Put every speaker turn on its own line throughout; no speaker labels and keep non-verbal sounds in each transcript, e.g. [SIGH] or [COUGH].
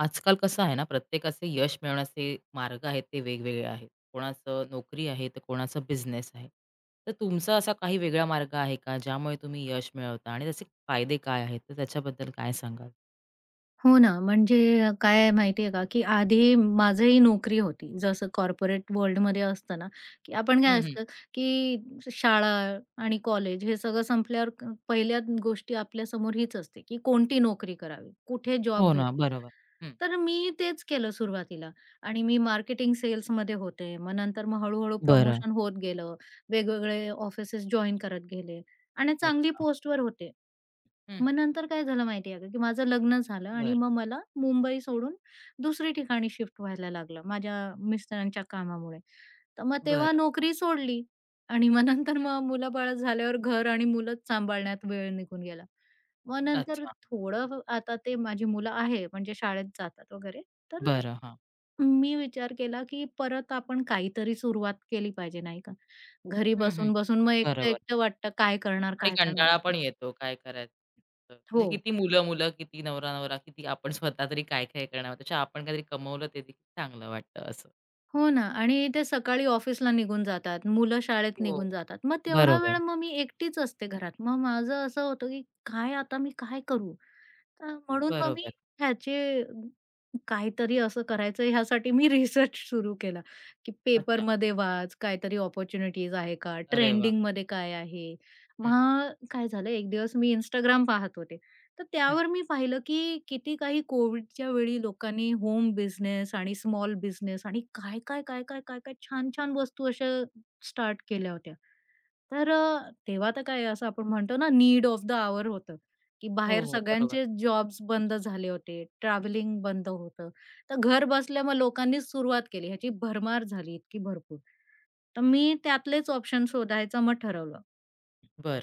आजकाल कसं आहे ना, प्रत्येकाचे यश मिळवण्याचे मार्ग आहेत ते वेगवेगळे आहेत. कोणाचं नोकरी आहे, तर कोणाचा बिझनेस आहे. तर तुमचा असा काही वेगळा मार्ग आहे का, ज्यामुळे तुम्ही यश मिळवता आणि त्याचे फायदे काय आहेत? तर त्याच्याबद्दल काय सांगाल?
हो ना, म्हणजे काय आहे माहिती आहे का, की आधी माझंही नोकरी होती. जसं कॉर्पोरेट वर्ल्डमध्ये असतं ना, की आपण काय
हं, हं.
असतं, की शाळा आणि कॉलेज हे सगळं संपल्यावर पहिल्या गोष्टी आपल्यासमोर हीच असते, की कोणती नोकरी करावी? कुठे जॉब
हो ना,
भेटेल?
बरोबर. हं.
तर मी तेच केलं सुरुवातीला आणि मी मार्केटिंग सेल्समध्ये होते. मग नंतर हळू
बरं.
प्रमोशन होत गेलं. वेगवेगळे ऑफिसेस जॉइन करत गेले आणि चांगली
अच्छा.
पोस्टवर होते.
हं.
मग नंतर काय झालं माहिती आहे का, की माझं लग्न झालं आणि
बरं,
मग मला मुंबई सोडून दुसरी ठिकाणी शिफ्ट व्हायला लागलं माझ्या मिस्टरांच्या कामामुळे. तर मग तेव्हा
बरं.
नोकरी सोडली आणि मग नंतर
हम्म.
मुलं-बाळ झाल्यावर घर आणि मुलंच सांभाळण्यात वेळ निघून गेला. मग नंतर
अच्छा.
थोडं आता ते माझी मुलं आहे म्हणजे शाळेत जातात वगैरे. तर
बरं, हां.
मी विचार केला, की परत आपण काहीतरी सुरुवात केली पाहिजे नाही का. घरी
हं, हं.
बसून-बसून मग
बरोबर.
एकटं-एकटं वाटतं काय करणार,
आणि
काय करणार
कंटाळा पण
असं.
येतो काय करायचं.
हो.
म्हणजे किती मुलं-मुलं, किती नवरा-नवरा, किती आपण स्वतः तरी काय-काय करणार. त्यापेक्षा आपण काहीतरी कमवलं ते देखील चांगलं वाटतं असं.
हो ना, आणि ते सकाळी ऑफिसला निघून जातात, मुलं शाळेत
हो.
निघून जातात. मग तेवढा वेळ
बरोबर,
मी एकटीच असते घरात. मग माझं असं होतं, की काय आता मी काय करू? तर म्हणून मग मी
बरोबर.
ह्याचे काहीतरी असं करायचं, ह्यासाठी मी [LAUGHS] रिसर्च सुरू केला, की
अच्छा.
पेपरमध्ये वाच, काहीतरी अपॉर्च्युनिटीज आहे का?
अरे वाह!
ट्रेंडिंगमध्ये काय आहे?
हं,
मग काय झालं, एक दिवस मी इंस्टाग्राम पाहत होते. तर
हं.
त्यावर मी पाहिलं, की किती काही कोविडच्या वेळी लोकांनी होम बिझनेस आणि स्मॉल बिझनेस आणि काय, काय, काय, काय, काय, काय छान-छान वस्तू अशा स्टार्ट केल्या होत्या. तर तेव्हा तर काय असं आपण म्हणतो ना नीड ऑफ द हॉवर होतं. की
हो,
बाहेर
हो. बरोबर.
सगळ्यांचे जॉब्स बंद झाले होते, ट्रॅव्हलिंग बंद होतं. तर घर बसल्या मग लोकांनीच सुरुवात केली. ह्याची भरमार झाली इतकी भरपूर. तर मी त्यातलेच ऑप्शन शोधायचं मग ठरवलं.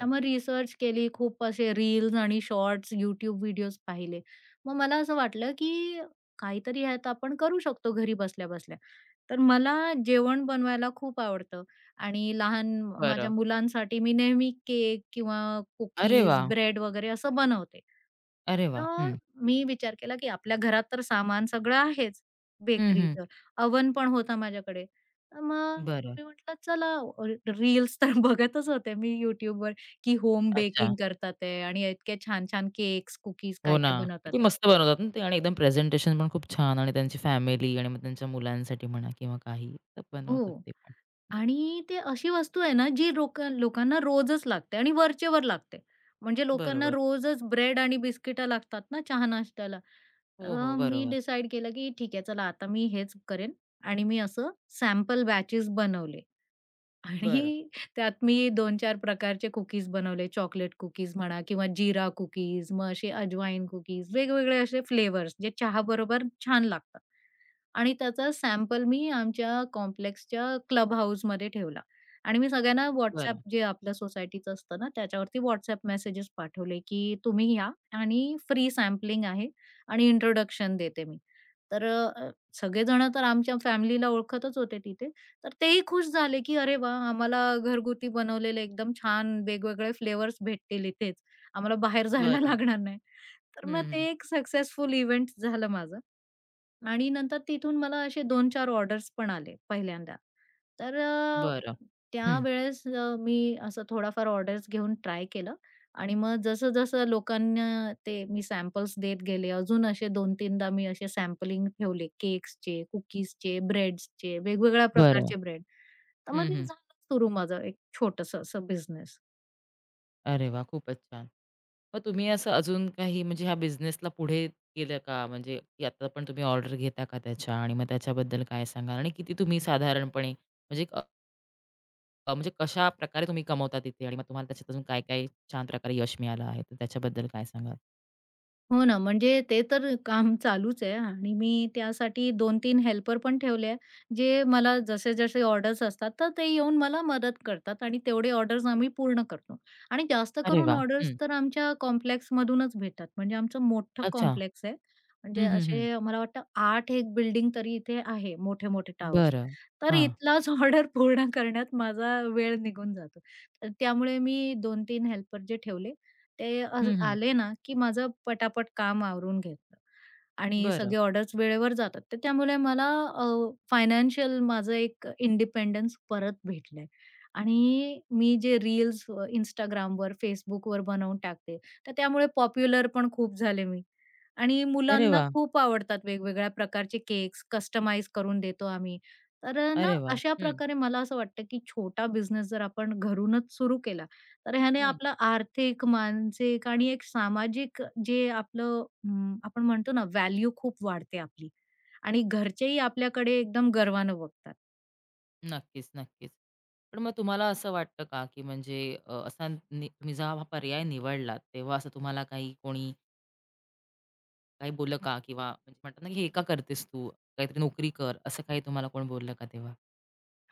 तर मग रिसर्च केली. खूप असे रील्स आणि शॉर्ट्स, YouTube व्हिडिओज पाहिले. मग मला असं वाटलं, की काहीतरी ह्यात आपण करू शकतो घरी बसल्या-बसल्या. तर मला जेवण बनवायला खूप आवडतं. आणि लहान माझ्या
बरं.
मुलांसाठी मी नेहमी केक किंवा
अरे
कुकीज,
वाह!
ब्रेड वगैरे असं बनवते.
अरे वाह!
तर
हं.
मी विचार केला, की आपल्या घरात तर सामान सगळं आहेच
हं, हं.
बेकरीचं. अवन पण होता माझ्याकडे. तर मग
बरं.
मी म्हटलं चला, अ, रील्स तर [LAUGHS] बघतच होते मी YouTubeवर, की होम
अच्छा.
बेकिंग करतात आहे आणि इतके छान-छान केक्स, कुकीज
हो ना.
काय-काय बनवतात
किती
आहे.
मस्त बनवतात ना ते आणि एकदम प्रेझेंटेशन पण खूप छान आणि त्यांची फॅमिली आणि मग त्यांच्या मुलांसाठी म्हणा किंवा काही तर बनवतात
हो.
ते पण.
आणि ते अशी वस्तू आहे ना, जी लोकांना रोजच लागते आणि वरचेवर लागते. म्हणजे लोकांना
बरोबर.
रोजच ब्रेड आणि बिस्किटं लागतात ना चहा-नाश्त्याला.
हो, हो.
तर मी
बरोबर.
डिसाईड केलं, की ठीक आहे चला आता मी हेच करेन. आणि मी असं सॅम्पल बॅचेस बनवले आणि
बरं,
[LAUGHS] त्यात मी 2-4 प्रकारचे कुकीज बनवले. चॉकलेट कुकीज म्हणा किंवा जीरा कुकीज, मग असे अजवाईन कुकीज, वेगवेगळे असे फ्लेवर्स जे चहाबरोबर छान लागतात. आणि त्याचा सॅम्पल मी आमच्या कॉम्प्लेक्सच्या क्लब हाऊसमध्ये ठेवला आणि मी सगळ्यांना WhatsApp
बरं,
जे आपल्या सोसायटीचं असतं ना, त्याच्यावरती WhatsApp मेसेजेस पाठवले, की तुम्ही या आणि फ्री सॅम्पलिंग आहे आणि इंट्रोडक्शन देते मी. तर सगळेजण तर आमच्या फॅमिलीला ओळखतच होते तिथे. तर तेही खुश झाले, की "अरे वाह! आम्हाला घरगुती बनवलेले एकदम छान वेगवेगळे फ्लेवर्स भेटतील इथेच. आम्हाला बाहेर [LAUGHS] जायला
बरं.
लागणार नाही." तर
हं,
मग ते
हं.
एक सक्सेसफुल इव्हेंट झालं माझं. आणि नंतर तिथून मला असे दोन-चार ऑर्डर्स पण आले पहिल्यांदा. तर
बरं. हं.
त्यावेळेस मी असं थोडाफार ऑर्डर्स घेऊन ट्राय केलं आणि मग जसं-जसं लोकांना ते मी सॅम्पल्स देत गेले, अजून असे 2-3दा मी असे सॅम्पलिंग ठेवले केक्सचे, कुकीजचे, ब्रेड्सचे, वेगवेगळ्या
बरं.
प्रकारचे ब्रेड. तर मग
हं,
ते
हं.
झालं सुरू माझं एक छोटंसं असं बिझनेस.
अरे वा, खूपच छान. मग तुम्ही असं अजून काही म्हणजे ह्या बिझनेसला पुढे केलं का? म्हणजे की आता पण तुम्ही ऑर्डर घेता का त्याच्या? आणि मग त्याच्याबद्दल काय सांगाल? आणि किती तुम्ही साधारणपणे म्हणजे म्हणजे कशाप्रकारे तुम्ही कमवता तिथे? आणि मग तुम्हाला त्याच्यात अजून काय-काय छान प्रकारे यश मिळालं आहे? तर त्याच्याबद्दल काय सांगाल?
हो ना, म्हणजे ते तर काम चालूच आहे आणि मी त्यासाठी 2 तीन हेल्पर पण ठेवले आहे, जे मला जसे-जसे ऑर्डर्स असतात, तर ते येऊन मला मदत करतात आणि तेवढे ऑर्डर्स आम्ही पूर्ण करतो. आणि जास्त
अरे
करून
वाह!
ऑर्डर्स
हं.
तर आमच्या कॉम्प्लेक्समधूनच भेटतात. म्हणजे आमचं मोठं
अच्छा.
कॉम्प्लेक्स आहे. म्हणजे
हं, हं, हं.
असे मला वाटतं 8 एक बिल्डिंग तरी इथे आहे, मोठे-मोठे टॉवर्स.
बरं.
तर
हां.
इथलाच ऑर्डर [LAUGHS] पूर्ण करण्यात माझा वेळ निघून जातो. तर त्यामुळे मी 2-3 हेल्पर जे ठेवले ते
हं, हं.
आले ना, की माझं पटापट काम आवरून घ्यायचं आणि
बरं.
सगळे ऑर्डर्स वेळेवर जातात. तर त्यामुळे मला अ, फायनान्शियल माझं एक इंडिपेंडन्स परत भेटलंय आणि मी जे रील्स Instagramवर, Facebookवर बनवून टाकते, तर त्यामुळे पॉप्युलर पण खूप झाले मी आणि
अरे
मुलांना
वाह!
खूप आवडतात वेगवेगळ्या प्रकारचे केक्स कस्टमाइज करून देतो आम्ही. तर ना,
अरे वाह!
अशा
हं,
प्रकारे मला असं वाटतं, की छोटा बिझनेस जर आपण घरूनच सुरू केला तर ह्याने आपलं आर्थिक, मानसिक आणि एक सामाजिक जे आपलं आपण म्हणतो ना व्हॅल्यू खूप वाढते आपली आणि घरचेही आपल्याकडे एकदम गर्वानं बघतात.
नक्कीच, नक्कीच. पण मग तुम्हाला असं वाटतं का, की म्हणजे असा नि तुम्ही जेव्हा हा पर्याय निवडलात, तेव्हा असं तुम्हाला काही कोणी काही बोललं का? किंवा म्हणजे म्हणतात ना, की "हे का करतेस तू? काहीतरी नोकरी कर." असं काही तुम्हाला कोण बोललं का तेव्हा?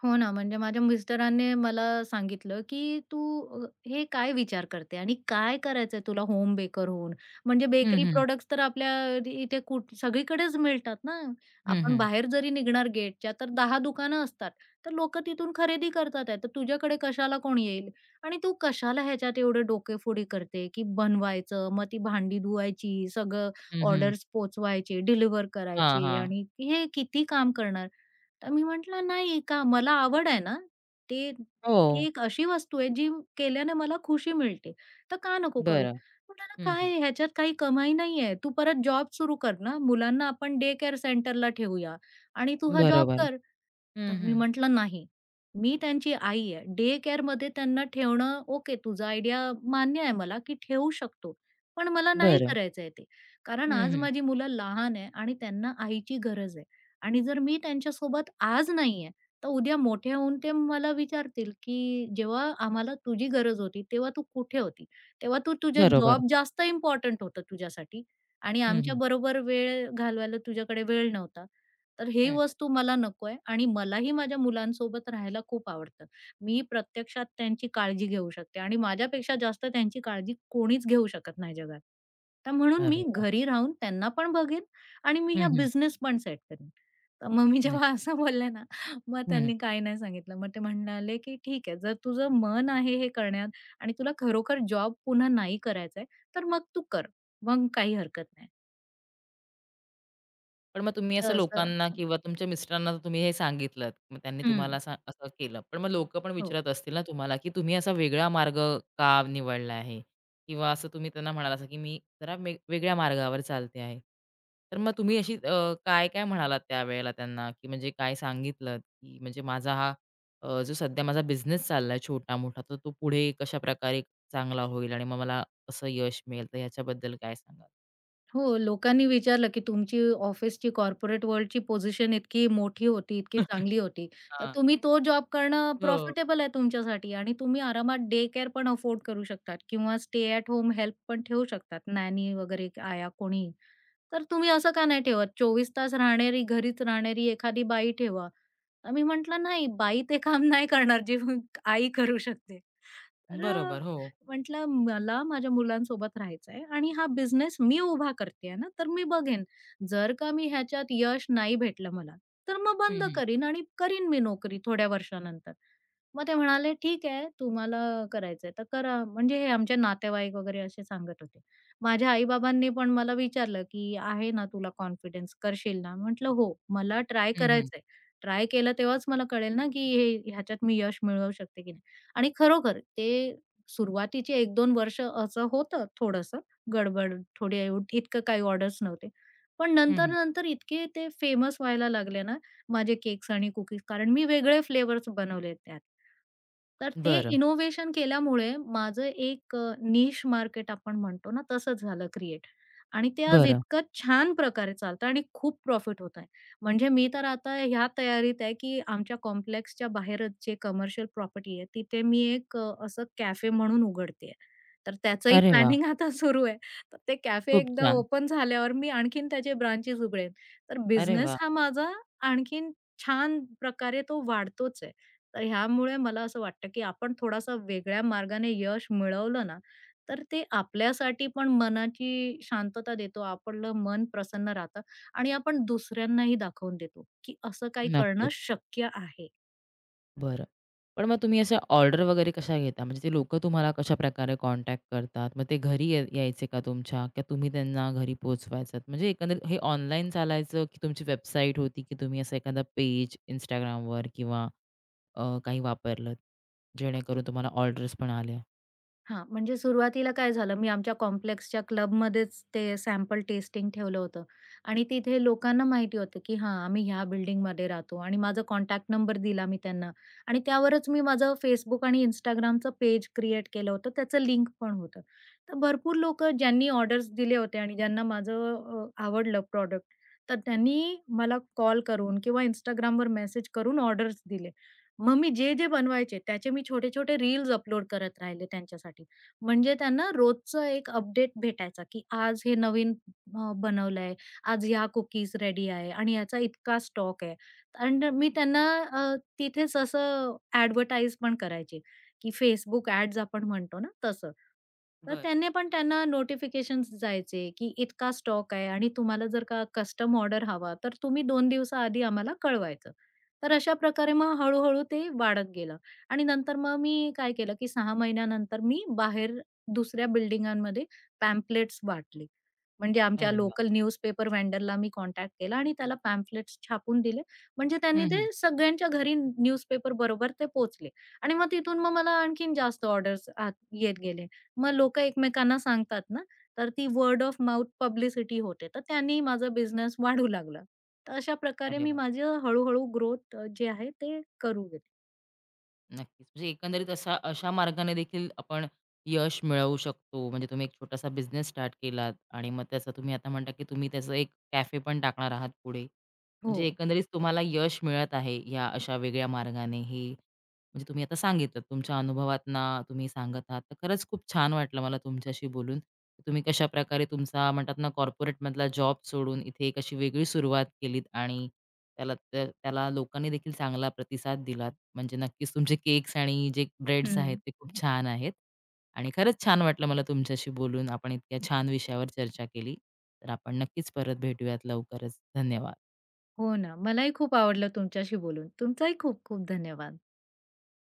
हो ना, म्हणजे माझ्या मिस्टरांनी मला सांगितलं, की "तू हे काय विचार करते आणि काय करायचंय तुला होम बेकर होऊन?" म्हणजे
हं,
बेकरी
हं.
प्रॉडक्ट्स तर आपल्या इथे कुठ सगळीकडेच मिळतात ना.
हं,
आपण
हं.
बाहेर जरी निघणार गेटच्या तर 10 दुकानं असतात. तर लोकं तिथून खरेदी करतात आहे. तर तुझ्याकडे कशाला कोण येईल? आणि तू कशाला ह्याच्यात एवढे डोकेफोडी करते, की बनवायचं, मग ती भांडी धुवायची, सगळं
हं, हं.
ऑर्डर्स पोहोचवायचे, डिलिव्हर
हां,
करायचे
हां.
आणि हे किती काम करणार? तर मी म्हटलं, "नाही का मला आवड आहे ना, ते
हो.
ती एक अशी वस्तू आहे जी केल्याने मला खुशी मिळते, तर का नको करू?"
बरं.
म्हटलं ना,
हं,
"काय
हं.
आहे, ह्याच्यात काही कमाई नाहीये. तू परत जॉब सुरू कर ना. मुलांना आपण डे केअर सेंटरला ठेवूया आणि तू हा जॉब
बरोबर.
कर."
हं,
तर मी
हं.
म्हटलं, "नाही, मी त्यांची आई आहे. डे केअरमध्ये त्यांना ठेवणं ओके, तुझा आयडिया मान्य आहे मला, की ठेवू शकतो. पण मला नाही
बरं.
करायचंय ते. कारण
हं,
आज
हं.
माझी मुलं लहान आहे आणि त्यांना आईची गरज आहे." आणि जर मी त्यांच्यासोबत आज नाहीये, तर उद्या मोठ्या होऊन ते मला विचारतील, की "जेव्हा आम्हाला तुझी गरज होती, तेव्हा तू कुठे होती? तेव्हा तू तुझा
बरोबर.
जॉब जास्त इम्पोर्टंट होतं तुझ्यासाठी आणि
हं, हं.
आमच्याबरोबर वेळ घालवायला तुझ्याकडे वेळ नव्हता. तर ही
हं, हं.
वस्तू मला नकोय आणि मलाही माझ्या मुलांसोबत राहायला खूप आवडतं. मी प्रत्यक्षात त्यांची काळजी घेऊ शकते आणि माझ्यापेक्षा जास्त त्यांची काळजी कोणीच घेऊ शकत नाही जगात. तर म्हणून
अरे
मी
वाह!
घरी राहून त्यांना पण बघेन आणि मी
हं,
हा
हं.
बिझनेस पण सेट करेन." तर मग मी जेव्हा [LAUGHS]
नक्की.
असं बोलले ना, मग त्यांनी काही नाही सांगितलं. मग ते म्हणाले, की "ठीक आहे, जर तुझं मन आहे हे करण्यात आणि तुला खरोखर जॉब पुन्हा नाही करायचा आहे, तर मग तू कर. मग काही हरकत नाही."
पण मग तुम्ही असं
तर असं.
लोकांना किंवा तुमच्या मिस्टरांना तुम्ही हे सांगितलंत. मग त्यांनी
हं.
तुम्हाला असं असं केलं. पण मग लोकं पण
हो.
विचारत असतील ना तुम्हाला, की तुम्ही असा वेगळा मार्ग का निवडला आहे? किंवा असं तुम्ही त्यांना म्हणाला असा, की मी जरा वेग वेगळ्या मार्गावर चालते आहे. तर मग तुम्ही अशी काय-काय म्हणालात त्यावेळेला त्यांना, की म्हणजे काय सांगितलंत, की म्हणजे माझा हा जो सध्या माझा बिझनेस चाललाय छोटा-मोठा, तर तो पुढे कशाप्रकारे चांगला होईल आणि मग मला असं यश मिळेल, तर ह्याच्याबद्दल काय सांगाल?
हो, लोकांनी विचारलं, की "तुमची ऑफिसची कॉर्पोरेट वर्ल्डची पोझिशन इतकी मोठी होती, इतकी
[LAUGHS]
चांगली होती, तर
हां.
तुम्ही तो जॉब करणं
हो.
प्रॉफिटेबल आहे तुमच्यासाठी आणि तुम्ही आरामात डे केअर पण अफोर्ड करू शकतात किंवा स्टे एट होम हेल्प पण ठेवू शकतात, नॅनी वगैरे आया कोणीही. तर तुम्ही असं का नाही ठेवत? 24 तास राहणारी, घरीच राहणारी एखादी बाई ठेवा." तर मी म्हटलं, "नाही, बाई ते काम नाही करणार, जे [LAUGHS] आई करू शकते." तर
बरोबर. हो.
म्हटलं, "मला माझ्या मुलांसोबत राहायचं आहे आणि हा बिझनेस मी उभा करतेय ना, तर मी बघेन. जर का मी ह्याच्यात यश नाही भेटलं मला, तर मग
हं,
बंद
हं.
करीन आणि करीन मी नोकरी थोड्या वर्षानंतर." मग ते म्हणाले, "ठीक आहे, तुम्हाला करायचंय तर करा." म्हणजे हे आमचे नातेवाईक वगैरे असे सांगत होते. माझ्या आई-बाबांनी पण मला विचारलं, की "आहे ना तुला कॉन्फिडन्स, करशील ना?" म्हटलं, "हो, मला ट्राय
हं, हं.
करायचंय. ट्राय केलं तेव्हाच मला कळेल ना, की हे ह्याच्यात मी यश मिळवू शकते की नाही." आणि खरोखर ते सुरुवातीचे 1-2 वर्ष असं होतं थोडंसं गडबड, थोडी इतकं काही ऑर्डर्स नव्हते. पण
हं, हं.
नंतर-नंतर इतके ते फेमस व्हायला लागले ना, माझे केक्स आणि कुकीज, कारण मी वेगळे फ्लेवर्स बनवले त्यात. तर ते
बरं,
इनोव्हेशन केल्यामुळे माझं एक निश मार्केट आपण म्हणतो ना, तसंच झालं क्रिएट आणि ते आज
बरं.
इतकं छान प्रकारे चालतं आणि खूप प्रॉफिट होत आहे. म्हणजे मी तर आता ह्या तयारीत आहे, की आमच्या कॉम्प्लेक्सच्या बाहेरच जे कमर्शियल प्रॉपर्टी आहे, तिथे मी एक असं कॅफे म्हणून उघडतेय. तर त्याचंही
अरे वाह!
प्लॅनिंग आता सुरू आहे. तर ते कॅफे
खूप
एकदा
छान.
ओपन झाल्यावर मी आणखीन त्याचे ब्रांचेस उघडेन. तर
अरे
बिझनेस
वाह!
हा माझा आणखीन छान प्रकारे तो वाढतोच आहे. तर ह्यामुळे मला असं वाटतं, की आपण थोडासा वेगळ्या मार्गाने यश मिळवलं ना, तर ते आपल्यासाठी पण मनाची शांतता देतो. आपलं मन प्रसन्न राहतं आणि आपण दुसऱ्यांनाही दाखवून देतो, की असं काही करणं
नक्कीच.
शक्य आहे.
बरं. पण मग तुम्ही अशा ऑर्डर वगैरे कशा घेता? म्हणजे ते लोकं तुम्हाला कशाप्रकारे कॉन्टॅक्ट करतात? मग ते घरी या यायचे का तुमच्या? का तुम्ही त्यांना घरी पोहोचवायचात? म्हणजे एकंदरीत हे ऑनलाईन चालायचं की तुमची वेबसाईट होती की तुम्ही असा एखादा पेज Instagramवर किंवा काही वापरलत? जेणेकरून तुम्हाला ऑर्डर्स पण आल्या?
हां, म्हणजे सुरुवातीला काय झालं, मी आमच्या कॉम्प्लेक्सच्या क्लबमध्येच ते सॅम्पल टेस्टिंग ठेवलं होतं आणि तिथे लोकांना माहिती होतं, की हां, आम्ही ह्या बिल्डिंगमध्ये राहतो आणि माझा कॉन्टॅक्ट नंबर दिला मी त्यांना आणि त्यावरच मी माझं Facebook आणि Instagramचं पेज क्रिएट केलं होतं. त्याचं लिंक पण होतं. तर भरपूर लोकं ज्यांनी ऑर्डर्स दिले होते आणि ज्यांना माझं आवडलं प्रॉडक्ट, तर त्यांनी मला कॉल करून किंवा Instagramवर मेसेज करून ऑर्डर्स दिले. मग मी जे-जे बनवायचे त्याचे मी छोटे-छोटे रील्स अपलोड करत राहिले त्यांच्यासाठी. म्हणजे त्यांना रोजचं एक अपडेट भेटायचा, की आज हे नवीन बनवलंय, आज ह्या कुकीज रेडी आहे आणि याचा इतका स्टॉक आहे. अँड मी त्यांना तिथेच असं ॲडव्हर्टाइज पण करायची, की Facebook ॲड्स आपण म्हणतो ना तसं. तर
बरं.
त्याने पण त्यांना नोटिफिकेशन्स जायचे, की इतका स्टॉक आहे आणि तुम्हाला जर का कस्टम ऑर्डर हवा, तर तुम्ही 2 दिवसाआधी आम्हाला कळवायचं. तर अशा प्रकारे मग हळू-हळू ते वाढत गेलं आणि नंतर मग मी काय केलं, की 6 महिन्यानंतर मी बाहेर दुसऱ्या बिल्डिंगांमध्ये पॅम्पलेट्स वाटले. म्हणजे आमच्या
अरे वाह!
लोकल न्यूजपेपर व्हेंडरला मी कॉन्टॅक्ट केला आणि त्याला पॅम्पलेट्स छापून दिले. म्हणजे त्यांनी
हं,
ते
हं.
सगळ्यांच्या घरी न्यूजपेपर बरोबर ते पोहोचले आणि मग तिथून मग मला आणखीन जास्त ऑर्डर्स येत गेले. मग लोकं एकमेकांना सांगतात ना, तर ती वर्ड ऑफ माउथ पब्लिसिटी होते. तर त्यांनी माझा बिझनेस वाढू लागला. तर अशा प्रकारे
अरे
मी
वाह!
माझं हळूहळू ग्रोथ जे आहे ते करू गेले.
नक्कीच. म्हणजे एकंदरीत असा अशा मार्गाने देखील आपण यश मिळवू शकतो. म्हणजे तुम्ही एक छोटासा बिझनेस स्टार्ट केलात आणि मग त्याचा तुम्ही आता म्हणता, की तुम्ही त्याचं एक कॅफे पण टाकणार आहात पुढे. म्हणजे
हो.
एकंदरीत तुम्हाला यश मिळत आहे या अशा वेगळ्या मार्गाने हे म्हणजे तुम्ही आता सांगितलं तुमच्या अनुभवातना तुम्ही सांगत आहात तर खरंच खूप छान वाटलं मला तुमच्याशी बोलून तुम्ही कशा प्रकारे तुमचा म्हणतात ना कॉर्पोरेटमधला जॉब सोडून इथे एक अशी वेगळी सुरुवात केलीत आणि त्याला लोकांनी देखील चांगला प्रतिसाद दिलात म्हणजे नक्कीच तुमचे केक्स आणि जे ब्रेड्स
हं.
आहेत ते खूप छान आहेत आणि खरंच छान वाटलं मला तुमच्याशी बोलून आपण इतक्या छान विषयावर चर्चा केली तर आपण नक्कीच परत भेटूयात लवकरच धन्यवाद
हो ना. मलाही खूप आवडलं तुमच्याशी बोलून. तुमचाही खूप खूप धन्यवाद.